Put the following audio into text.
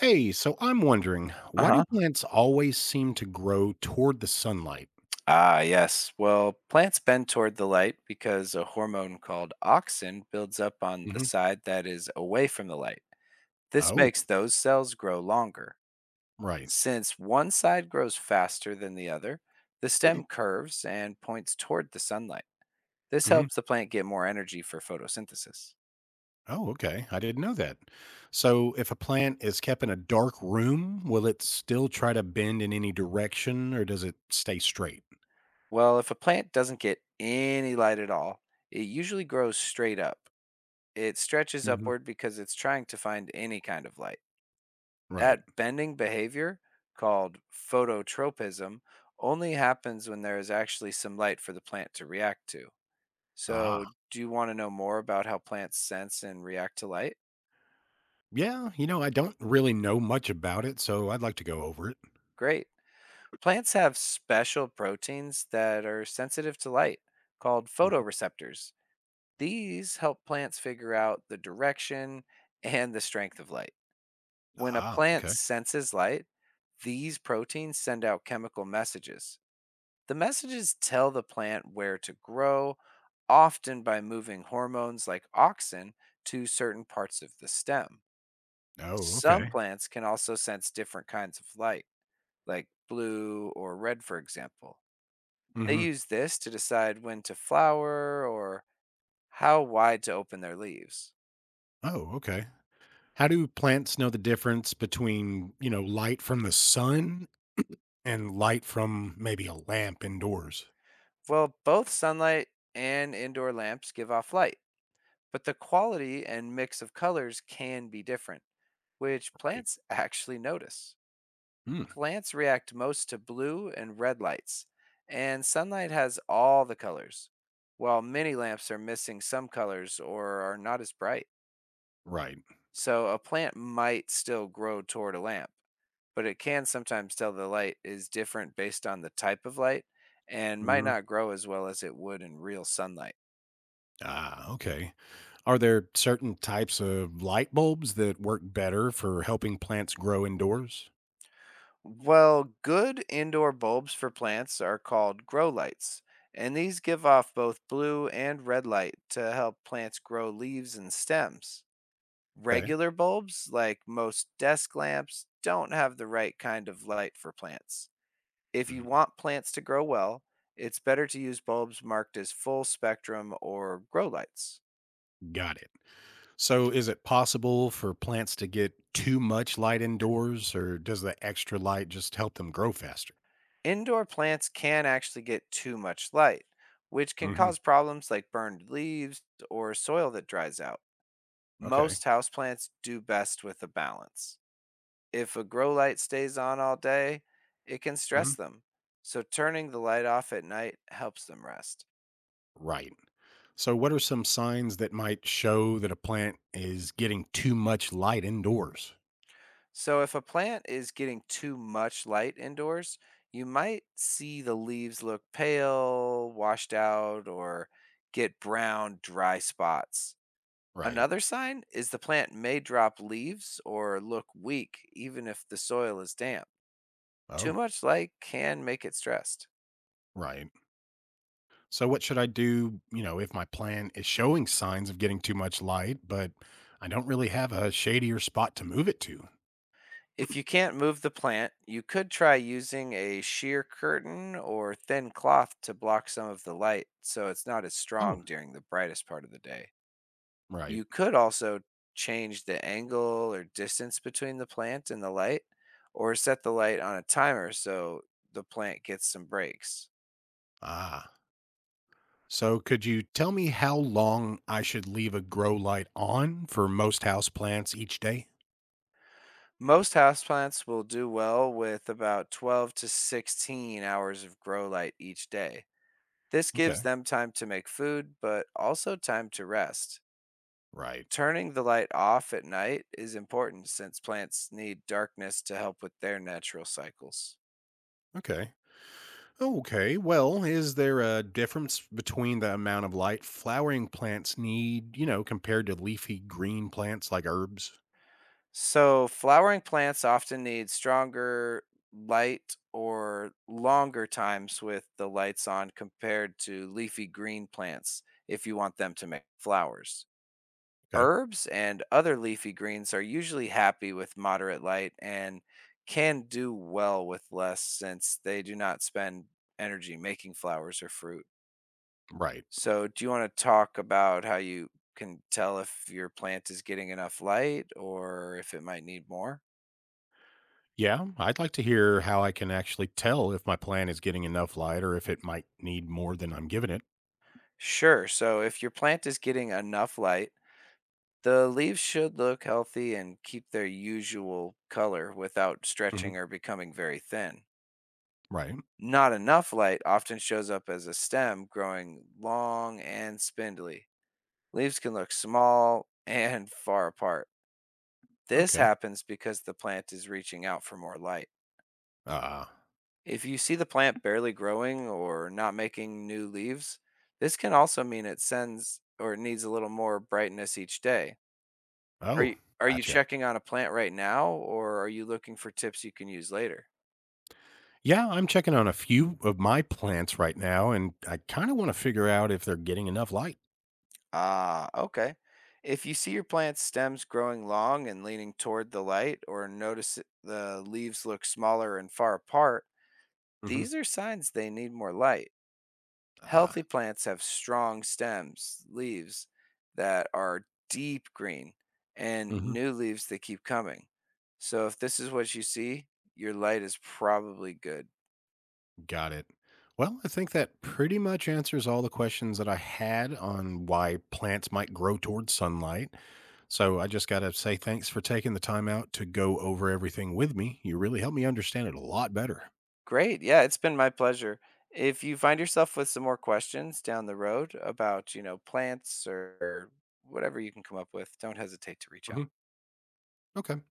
Hey, so I'm wondering, why Uh-huh. do plants always seem to grow toward the sunlight? Ah, yes. Well, plants bend toward the light because a hormone called auxin builds up on the Hmm. side that is away from the light. This Oh, makes those cells grow longer. right. Since one side grows faster than the other, the stem curves and points toward the sunlight. This Hmm. helps the plant get more energy for photosynthesis. Oh, okay. I didn't know that. So, if a plant is kept in a dark room, will it still try to bend in any direction or does it stay straight? Well, if a plant doesn't get any light at all, it usually grows straight up. It stretches Hmm. upward because it's trying to find any kind of light. That Right. bending behavior, called phototropism, only happens when there is actually some light for the plant to react to. Ah, So, do you want to know more about how plants sense and react to light? yeah. I don't really know much about it, so I'd like to go over it. Great. Plants have special proteins that are sensitive to light called Mhm. photoreceptors. These help plants figure out the direction and the strength of light. When a Ah, plant okay. senses light, these proteins send out chemical messages. The messages tell the plant where to grow, often by moving hormones like auxin to certain parts of the stem. Oh, Some okay. plants can also sense different kinds of light, like blue or red, for example. They Hmm. use this to decide when to flower or how wide to open their leaves. Oh, okay. How do plants know the difference between light from the sun and light from maybe a lamp indoors. Well, both sunlight and indoor lamps give off light, but the quality and mix of colors can be different, which Right. plants actually notice. Mm, Plants react most to blue and red lights, and sunlight has all the colors, while many lamps are missing some colors or are not as bright. right. So a plant might still grow toward a lamp, but it can sometimes tell the light is different based on the type of light and might Mhm. not grow as well as it would in real sunlight. Ah, okay. Are there certain types of light bulbs that work better for helping plants grow indoors? Well, good indoor bulbs for plants are called grow lights, and these give off both blue and red light to help plants grow leaves and stems. Okay. Regular bulbs, like most desk lamps, don't have the right kind of light for plants. If you Mm, want plants to grow well, it's better to use bulbs marked as full spectrum or grow lights. got it. So, is it possible for plants to get too much light indoors, or does the extra light just help them grow faster? Indoor plants can actually get too much light, which can Hmm. cause problems like burned leaves or soil that dries out. Okay. Most houseplants do best with a balance. If a grow light stays on all day, it can Hmm. stress them. So turning the light off at night helps them rest. Right. So, what are some signs that might show that a plant is getting too much light indoors? So if a plant is getting too much light indoors, you might see the leaves look pale, washed out, or get brown, dry spots. Right. Another sign is the plant may drop leaves or look weak, even if the soil is damp. Too Oh. much light can make it stressed. Right. So what should I do if my plant is showing signs of getting too much light, but I don't really have a shadier spot to move it to? If you can't move the plant, you could try using a sheer curtain or thin cloth to block some of the light so it's not as Oh, strong during the brightest part of the day. right. You could also change the angle or distance between the plant and the light, or set the light on a timer so the plant gets some breaks. Ah. So could you tell me how long I should leave a grow light on for most house plants each day? Most houseplants will do well with about 12 to 16 hours of grow light each day. This gives Okay. them time to make food, but also time to rest. Right. Turning the light off at night is important since plants need darkness to help with their natural cycles. Okay. Okay. Well, is there a difference between the amount of light flowering plants need compared to leafy green plants like herbs? So, flowering plants often need stronger light or longer times with the lights on compared to leafy green plants if you want them to make flowers. Okay. Herbs and other leafy greens are usually happy with moderate light and can do well with less since they do not spend energy making flowers or fruit. Right. So, do you want to talk about how you can tell if your plant is getting enough light or if it might need more? Yeah, I'd like to hear how I can actually tell if my plan is getting enough light or if it might need more than I'm giving it. Sure. So, if your plant is getting enough light, the leaves should look healthy and keep their usual color without Hmm. stretching or becoming very thin. Right. Not enough light often shows up as a stem growing long and spindly. Leaves can look small and far apart. This Okay. happens because the plant is reaching out for more light. Uh, If you see the plant barely growing or not making new leaves, this can also mean it sends or it needs a little more brightness each day. Are oh, you are you gotcha. checking on a plant right now or are you looking for tips you can use later? Yeah, I'm checking on a few of my plants right now, and I kind of want to figure out if they're getting enough light. Ah, okay. If you see your plant's stems growing long and leaning toward the light or notice the leaves look smaller and far apart, Mm-hmm. these are signs they need more light. Uh, Healthy plants have strong stems, leaves that are deep green, and mhm. new leaves that keep coming. So if this is what you see, your light is probably good. Got it. Well, I think that pretty much answers all the questions that I had on why plants might grow towards sunlight. So I just got to say thanks for taking the time out to go over everything with me. You really helped me understand it a lot better. Great. Yeah, it's been my pleasure. If you find yourself with some more questions down the road about, plants or whatever you can come up with, don't hesitate to reach out. Hmm. Okay.